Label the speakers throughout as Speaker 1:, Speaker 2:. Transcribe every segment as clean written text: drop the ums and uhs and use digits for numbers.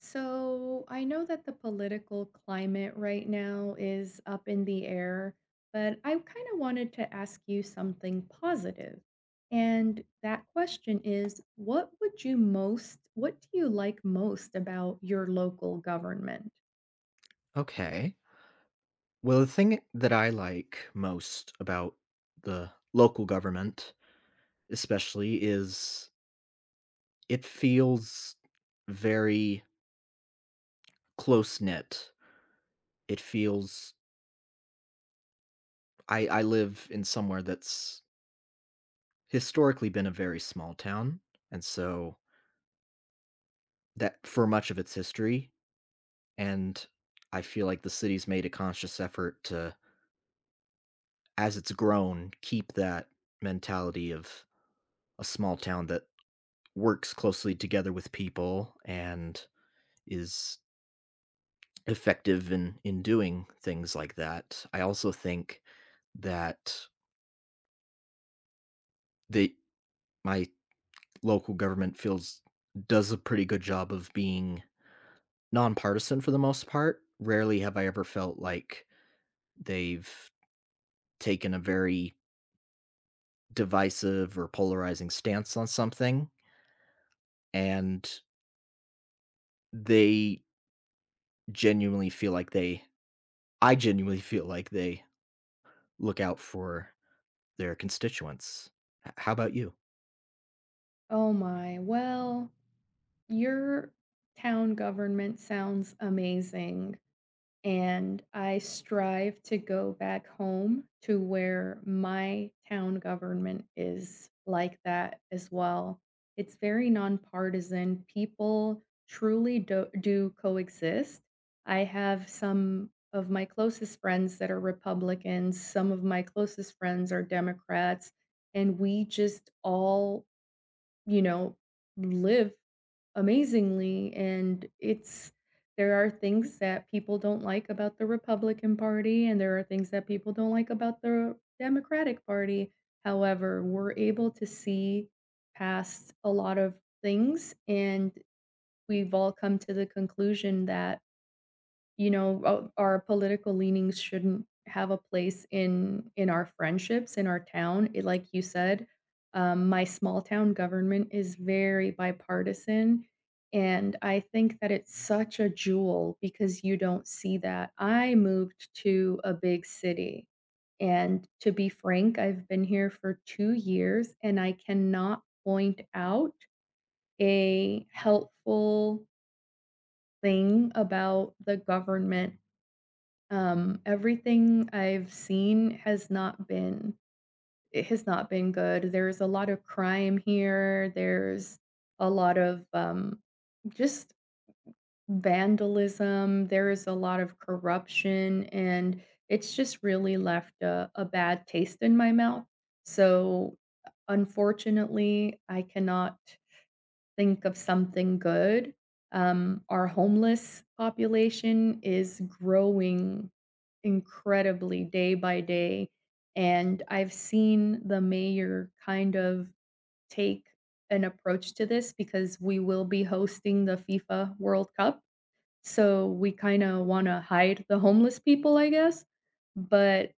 Speaker 1: So I know that the political climate right now is up in the air, but I kind of wanted to ask you something positive. And that question is, what do you like most about your local government?
Speaker 2: Okay. Well, the thing that I like most about the local government, especially, is it feels very close knit. It feels I live in somewhere that's historically been a very small town. And so that for much of its history. And I feel like the city's made a conscious effort to, as it's grown, keep that mentality of a small town that works closely together with people and is effective in doing things like that. I also think that the my local government feels does a pretty good job of being nonpartisan for the most part. Rarely have I ever felt like they've taken a very divisive or polarizing stance on something and they genuinely feel like they I genuinely feel like they look out for their constituents. How about you?
Speaker 1: Oh my, well, your town government sounds amazing, and I strive to go back home to where my town government is like that as well. It's very nonpartisan. People truly do coexist. I have some of my closest friends that are Republicans, some of my closest friends are Democrats, and we just all, you know, live amazingly, and it's there are things that people don't like about the Republican Party, and there are things that people don't like about the Democratic Party. However, we're able to see past a lot of things, and we've all come to the conclusion that you know, ou our political leanings shouldn't have a place in our friendships, in our town. It like you said, my small town government is very bipartisan, and I think that it's such a jewel because you don't see that. I moved to a big city, and to be frank, I've been here for 2 years, and I cannot point out a helpful thing about the government. Everything I've seen has not been good. There's a lot of crime here. There's a lot of, just vandalism. There is a lot of corruption, and it's just really left a bad taste in my mouth. So, unfortunately, I cannot think of something good. Our homeless population is growing incredibly day by day, and I've seen the mayor kind of take an approach to this because we will be hosting the FIFA World Cup, so we kinda wanna hide the homeless people, I guess, but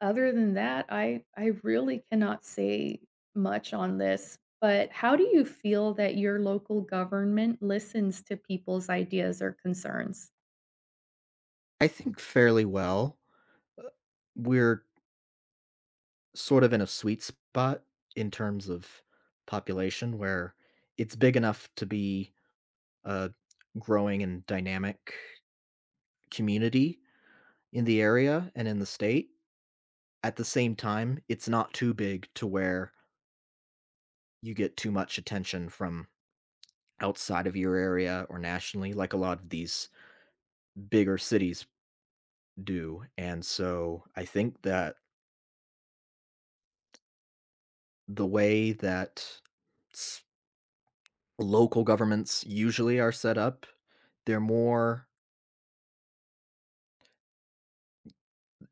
Speaker 1: other than that, I really cannot say much on this, but how do you feel that your local government listens to people's ideas or concerns?
Speaker 2: I think fairly well. Uh, We're sort of in a sweet spot in terms of population where it's big enough to be a growing and dynamic community in the area and in the state. At the same time, it's not too big to where you get too much attention from outside of your area or nationally, like a lot of these bigger cities do. And so I think that the way that s local governments usually are set up, they're more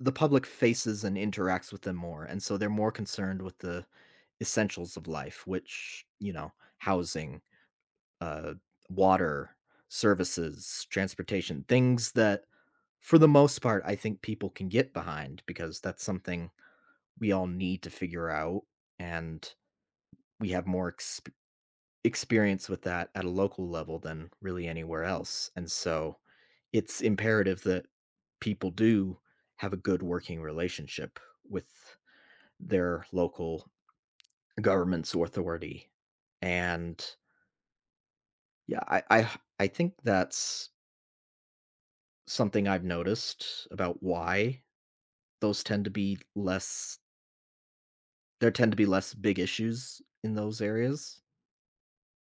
Speaker 2: the public faces and interacts with them more, and so they're more concerned with the essentials of life, which, you know, housing, uh, water, services, transportation, things that, for the most part, I think people can get behind because that's something we all need to figure out, and we have more ex experience with that at a local level than really anywhere else. And so it's imperative that people do have a good working relationship with their local government's authority. And yeah, I think that's something I've noticed about why those tend to be less there tend to be less big issues in those areas.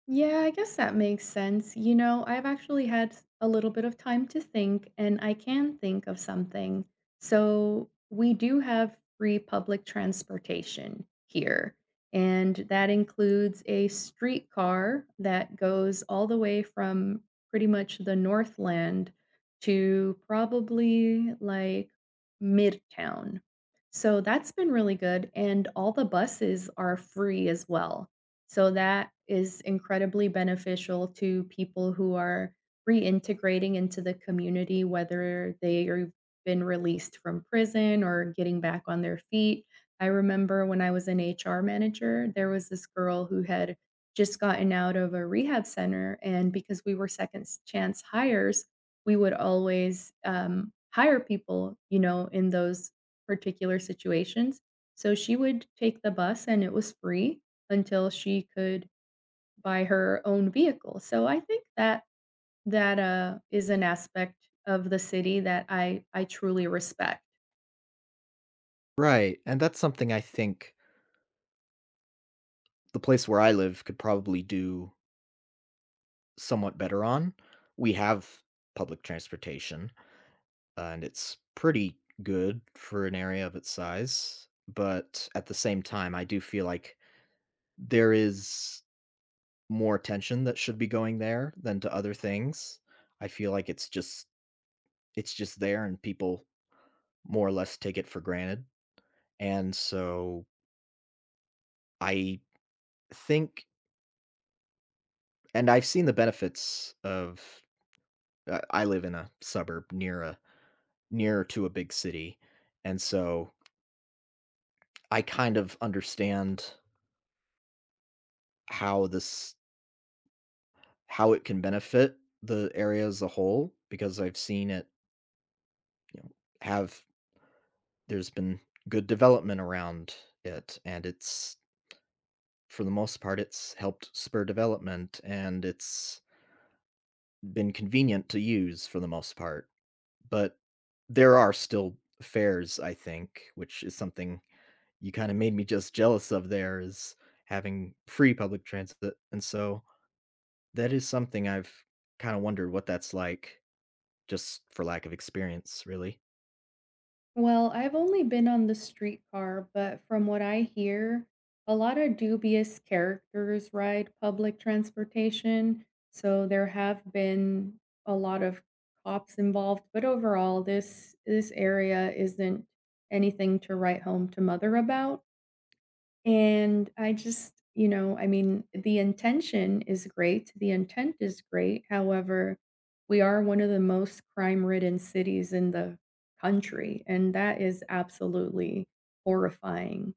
Speaker 1: Yeah, I guess that makes sense. You know, I've actually had a little bit of time to think, and I can think of something. So, we do have free public transportation here, and that includes a streetcar that goes all the way from pretty much the Northland to probably like Midtown. So, that's been really good, and all the buses are free as well. So that is incredibly beneficial to people who are reintegrating into the community, whether they have been released from prison or getting back on their feet. I remember when I was an HR manager, there was this girl who had just gotten out of a rehab center, and because we were second chance hires, we would always hire people, you know, in those particular situations. So she would take the bus, and it was free until she could buy her own vehicle. So I think that that is an aspect of the city that I truly respect.
Speaker 2: Right. And that's something I think the place where I live could probably do somewhat better on. We have public transportation, and it's pretty good for an area of its size, but at the same time, I do feel like there is more attention that should be going there than to other things. I feel like it's just there and people more or less take it for granted. And so I think and I've seen the benefits of I live in a suburb near to a big city. And so I kind of understand how this how it can benefit the area as a whole because I've seen it, you know, have there's been good development around it and it's for the most part it's helped spur development and it's been convenient to use for the most part. But there are still fares, I think, which is something you kind of made me just jealous of there is having free public transit. And so that is something I've kinda wondered what that's like, just for lack of experience, really.
Speaker 1: Well, I've only been on the streetcar, but from what I hear, a lot of dubious characters ride public transportation, so there have been a lot of cops involved, but overall, this area isn't anything to write home to mother about. And I just, you know, I mean, the intention is great, the intent is great, however, we are one of the most crime-ridden cities in the country, and that is absolutely horrifying.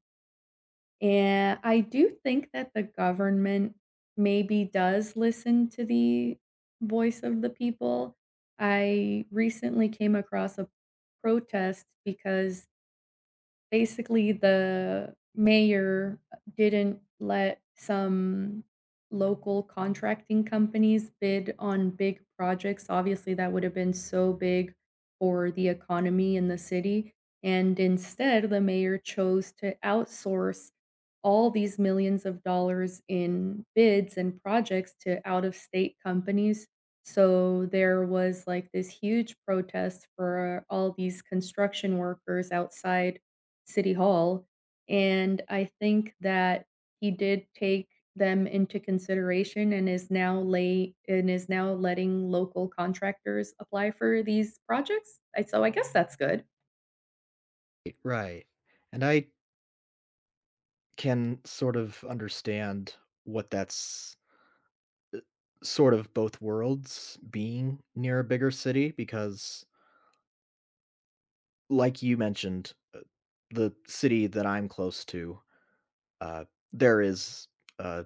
Speaker 1: And I do think that the government maybe does listen to the voice of the people. I recently came across a protest because basically, the mayor didn't let some local contracting companies bid on big projects. Obviously, that would have been so big for the economy in the city, and instead, the mayor chose to outsource all these millions of dollars in bids and projects to out of state companies. So there was like this huge protest for all these construction workers outside City Hall. And I think that he did take them into consideration and is now letting local contractors apply for these projects. So I guess that's good.
Speaker 2: It right. And I can sort of understand what that's sort of both worlds being near a bigger city because, like you mentioned, the city that I'm close to, uh, there is a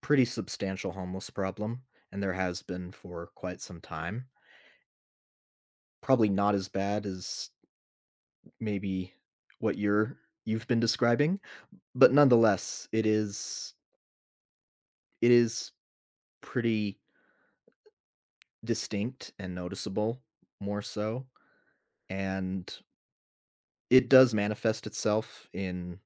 Speaker 2: pretty substantial homeless problem, and there has been for quite some time. Probably not as bad as maybe what you've been describing, but nonetheless, it is pretty distinct and noticeable more so, and it does manifest itself in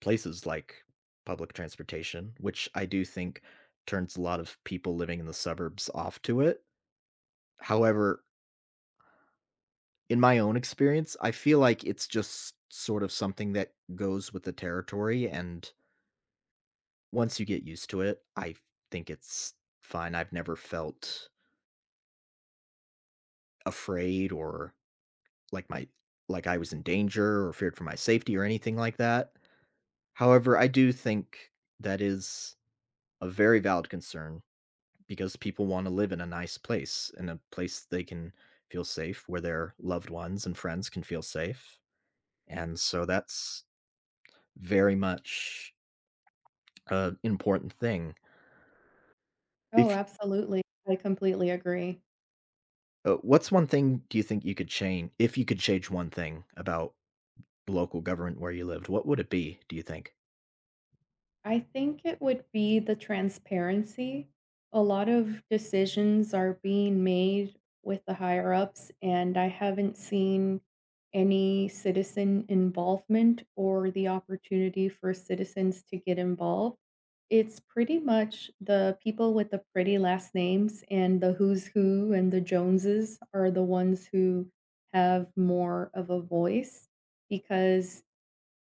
Speaker 2: places like public transportation, which I do think turns a lot of people living in the suburbs off to it. However, in my own experience, I feel like it's just sort of something that goes with the territory and once you get used to it, I think it's fine. I've never felt afraid or like my like I was in danger or feared for my safety or anything like that. However, I do think that is a very valid concern because people want to live in a nice place, in a place they can feel safe, where their loved ones and friends can feel safe. And so that's very much an important thing.
Speaker 1: Oh,
Speaker 2: If
Speaker 1: absolutely. I completely agree.
Speaker 2: What's one thing do you think you could change if you could change one thing about local government where you lived, what would it be, do you think?
Speaker 1: I think it would be the transparency. A lot of decisions are being made with the higher ups, and I haven't seen any citizen involvement or the opportunity for citizens to get involved. It's pretty much the people with the pretty last names and the who's who and the Joneses are the ones who have more of a voice because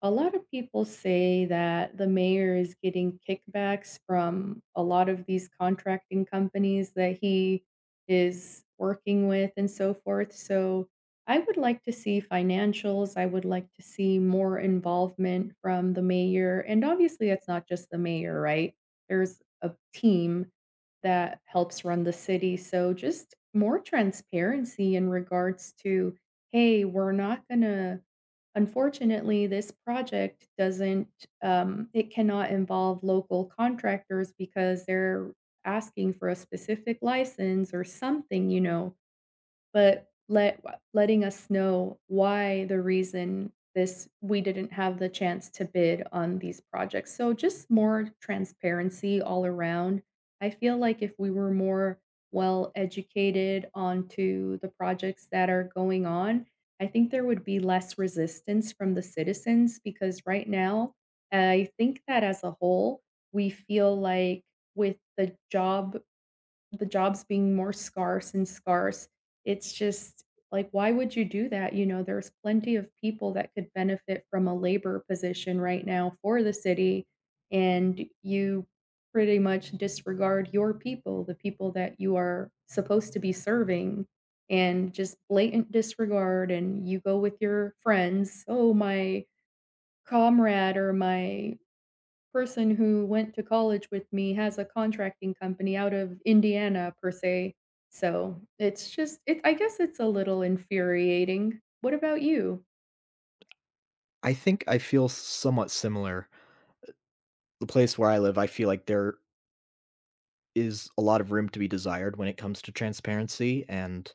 Speaker 1: a lot of people say that the mayor is getting kickbacks from a lot of these contracting companies that he is working with and so forth. So I would like to see financials. I would like to see more involvement from the mayor. And obviously, it's not just the mayor, right? There's a team that helps run the city. So just more transparency in regards to, hey, we're not going to Unfortunately, this project doesn't, it cannot involve local contractors because they're asking for a specific license or something, you know, but letting us know why the reason this we didn't have the chance to bid on these projects. So just more transparency all around. I feel like if we were more well educated onto the projects that are going on, I think there would be less resistance from the citizens because right now, I think that as a whole, we feel like with the jobs being more scarce and scarce, it's just like, why would you do that? You know, there's plenty of people that could benefit from a labor position right now for the city, and you pretty much disregard your people, the people that you are supposed to be serving, and just blatant disregard. And you go with your friends, oh, my comrade or my person who went to college with me has a contracting company out of Indiana per se, so it's just it I guess it's a little infuriating. What about you?
Speaker 2: I think I feel somewhat similar. The place where I live, I feel like there is a lot of room to be desired when it comes to transparency and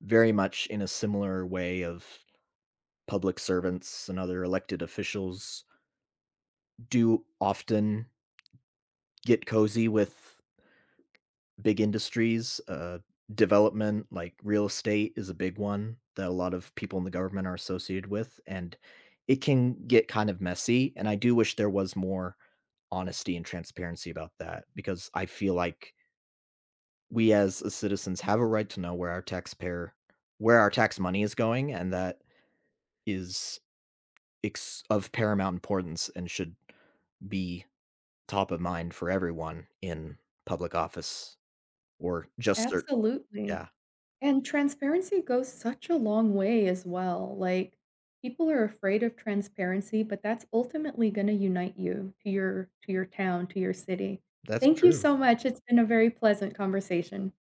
Speaker 2: very much in a similar way of public servants and other elected officials do often get cozy with big industries, development, like real estate is a big one that a lot of people in the government are associated with, and it can get kind of messy. And I do wish there was more honesty and transparency about that because I feel like we as citizens have a right to know where our taxpayer where our tax money is going, and that is of paramount importance and should be top of mind for everyone in public office or just
Speaker 1: Absolutely,
Speaker 2: yeah,
Speaker 1: and transparency goes such a long way as well, like, people are afraid of transparency, but that's ultimately gonna unite you to your town, to your city.
Speaker 2: that's
Speaker 1: Thank you
Speaker 2: true.
Speaker 1: so much, it's been a very pleasant conversation.